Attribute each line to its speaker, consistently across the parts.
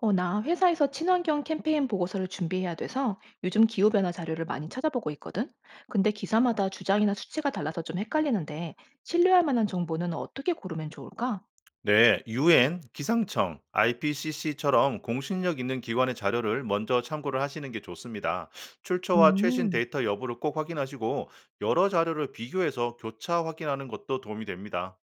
Speaker 1: 나 회사에서 친환경 캠페인 보고서를 준비해야 돼서 요즘 기후변화 자료를 많이 찾아보고 있거든. 근데 기사마다 주장이나 수치가 달라서 좀 헷갈리는데 신뢰할 만한 정보는 어떻게 고르면 좋을까?
Speaker 2: 네, UN, 기상청, IPCC처럼 공신력 있는 기관의 자료를 먼저 참고를 하시는 게 좋습니다. 출처와 최신
Speaker 1: 음,
Speaker 2: 데이터 여부를 꼭 확인하시고 여러 자료를 비교해서 교차 확인하는 것도 도움이 됩니다.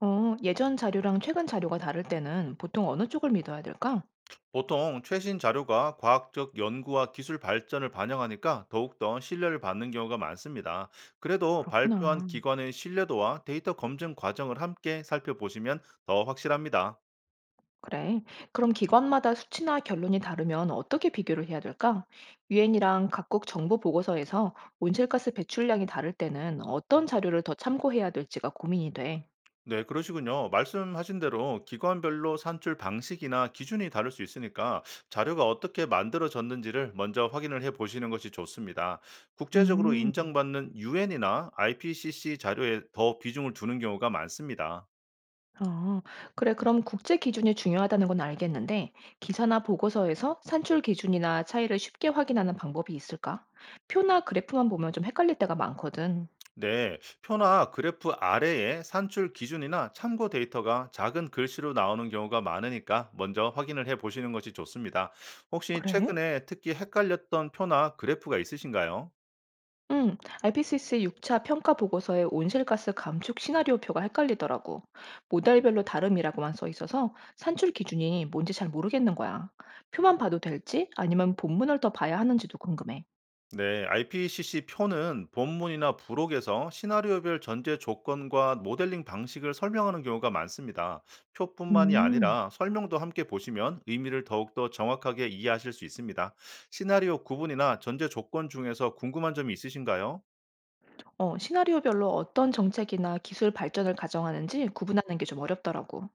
Speaker 1: 예전 자료랑 최근 자료가 다를 때는 보통 어느 쪽을 믿어야 될까?
Speaker 2: 보통 최신 자료가 과학적 연구와 기술 발전을 반영하니까 더욱더 신뢰를 받는 경우가 많습니다. 그래도 발표한
Speaker 1: 그렇구나.
Speaker 2: 기관의 신뢰도와 데이터 검증 과정을 함께 살펴보시면 더 확실합니다.
Speaker 1: 그래. 그럼 기관마다 수치나 결론이 다르면 어떻게 비교를 해야 될까? 유엔이랑 각국 정부 보고서에서 온실가스 배출량이 다를 때는 어떤 자료를 더 참고해야 될지가 고민이 돼.
Speaker 2: 네, 그러시군요. 말씀하신 대로 기관별로 산출 방식이나 기준이 다를 수 있으니까 자료가 어떻게 만들어졌는지를 먼저 확인을 해 보시는 것이 좋습니다. 국제적으로
Speaker 1: 음.
Speaker 2: 인정받는 UN이나 IPCC 자료에 더 비중을 두는 경우가 많습니다.
Speaker 1: 아. 그래, 그럼 국제 기준이 중요하다는 건 알겠는데 기사나 보고서에서 산출 기준이나 차이를 쉽게 확인하는 방법이 있을까? 표나 그래프만 보면 좀 헷갈릴 때가 많거든.
Speaker 2: 네, 표나 그래프 아래에 산출 기준이나 참고 데이터가 작은 글씨로 나오는 경우가 많으니까 먼저 확인을 해 보시는 것이 좋습니다. 혹시
Speaker 1: 그래?
Speaker 2: 최근에 특히 헷갈렸던 표나 그래프가 있으신가요?
Speaker 1: IPCC 6차 평가 보고서의 온실가스 감축 시나리오표가 헷갈리더라고. 모델별로 다름이라고만 써 있어서 산출 기준이 뭔지 잘 모르겠는 거야. 표만 봐도 될지 아니면 본문을 더 봐야 하는지도 궁금해.
Speaker 2: 네, IPCC 표는 본문이나 부록에서 시나리오별 전제 조건과 모델링 방식을 설명하는 경우가 많습니다. 표뿐만이
Speaker 1: 음.
Speaker 2: 아니라 설명도 함께 보시면 의미를 더욱더 정확하게 이해하실 수 있습니다. 시나리오 구분이나 전제 조건 중에서 궁금한 점이 있으신가요?
Speaker 1: 시나리오별로 어떤 정책이나 기술 발전을 가정하는지 구분하는 게 좀 어렵더라고.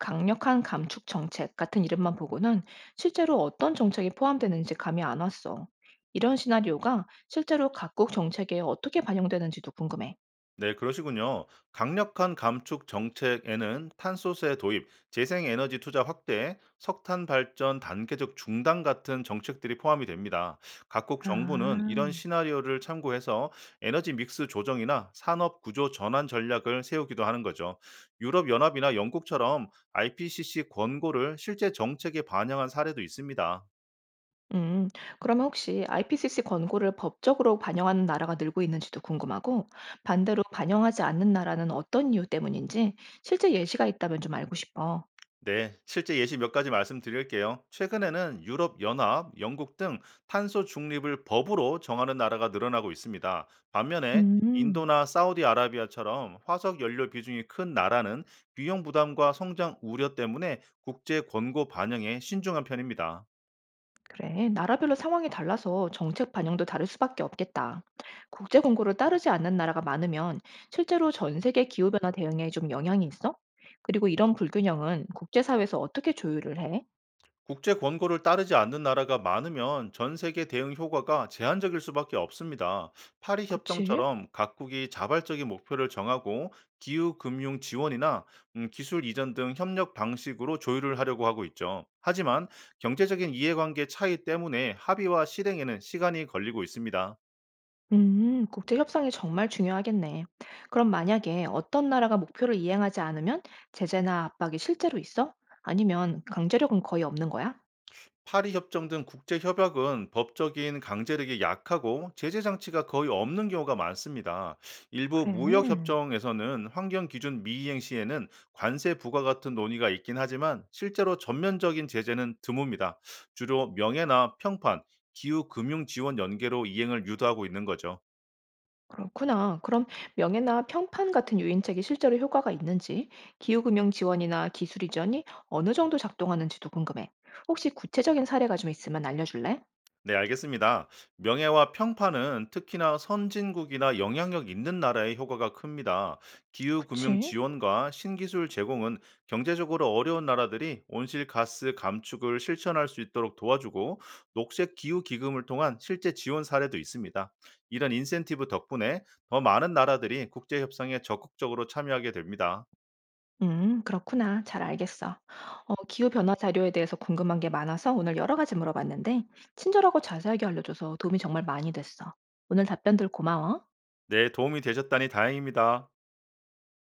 Speaker 1: 강력한 감축 정책 같은 이름만 보고는 실제로 어떤 정책이 포함되는지 감이 안 왔어. 이런 시나리오가 실제로 각국 정책에 어떻게 반영되는지도 궁금해.
Speaker 2: 네, 그러시군요. 강력한 감축 정책에는 탄소세 도입, 재생에너지 투자 확대, 석탄 발전 단계적 중단 같은 정책들이 포함이 됩니다. 각국 정부는 이런
Speaker 1: 아,
Speaker 2: 시나리오를 참고해서 에너지 믹스 조정이나 산업 구조 전환 전략을 세우기도 하는 거죠. 유럽연합이나 영국처럼 IPCC 권고를 실제 정책에 반영한 사례도 있습니다.
Speaker 1: 음, 그러면 혹시 IPCC 권고를 법적으로 반영하는 나라가 늘고 있는지도 궁금하고, 반대로 반영하지 않는 나라는 어떤 이유 때문인지 실제 예시가 있다면 좀 알고 싶어.
Speaker 2: 네, 실제 예시 몇 가지 말씀드릴게요. 최근에는 유럽 연합, 영국 등 탄소 중립을 법으로 정하는 나라가 늘어나고 있습니다. 반면에
Speaker 1: 음.
Speaker 2: 인도나 사우디아라비아처럼 화석 연료 비중이 큰 나라는 비용 부담과 성장 우려 때문에 국제 권고 반영에 신중한 편입니다.
Speaker 1: 그래, 나라별로 상황이 달라서 정책 반영도 다를 수밖에 없겠다. 국제 공고를 따르지 않는 나라가 많으면 실제로 전 세계 기후변화 대응에 좀 영향이 있어? 그리고 이런 불균형은 국제사회에서 어떻게 조율을 해?
Speaker 2: 국제 권고를 따르지 않는 나라가 많으면 전 세계 대응 효과가 제한적일 수밖에 없습니다. 파리
Speaker 1: 그치?
Speaker 2: 협정처럼 각국이 자발적인 목표를 정하고 기후 금융 지원이나 기술 이전 등 협력 방식으로 조율을 하려고 하고 있죠. 하지만 경제적인 이해관계 차이 때문에 합의와 실행에는 시간이 걸리고 있습니다.
Speaker 1: 국제 협상이 정말 중요하겠네. 그럼 만약에 어떤 나라가 목표를 이행하지 않으면 제재나 압박이 실제로 있어? 아니면 강제력은 거의 없는 거야?
Speaker 2: 파리 협정 등 국제 협약은 법적인 강제력이 약하고 제재 장치가 거의 없는 경우가 많습니다. 일부
Speaker 1: 그래.
Speaker 2: 무역 협정에서는 환경 기준 미이행 시에는 관세 부과 같은 논의가 있긴 하지만 실제로 전면적인 제재는 드뭅니다. 주로 명예나 평판, 기후 금융 지원 연계로 이행을 유도하고 있는 거죠.
Speaker 1: 그렇구나. 그럼 명예나 평판 같은 유인책이 실제로 효과가 있는지, 기후금융 지원이나 기술 이전이 어느 정도 작동하는지도 궁금해. 혹시 구체적인 사례가 좀 있으면 알려줄래?
Speaker 2: 네, 알겠습니다. 명예와 평판은 특히나 선진국이나 영향력 있는 나라의 효과가 큽니다. 기후금융
Speaker 1: 그치?
Speaker 2: 지원과 신기술 제공은 경제적으로 어려운 나라들이 온실가스 감축을 실천할 수 있도록 도와주고 녹색 기후 기금을 통한 실제 지원 사례도 있습니다. 이런 인센티브 덕분에 더 많은 나라들이 국제 협상에 적극적으로 참여하게 됩니다.
Speaker 1: 그렇구나. 잘 알겠어. 기후변화 자료에 대해서 궁금한 게 많아서 오늘 여러 가지 물어봤는데, 친절하고 자세하게 알려줘서 도움이 정말 많이 됐어. 오늘 답변들 고마워.
Speaker 2: 네, 도움이 되셨다니 다행입니다.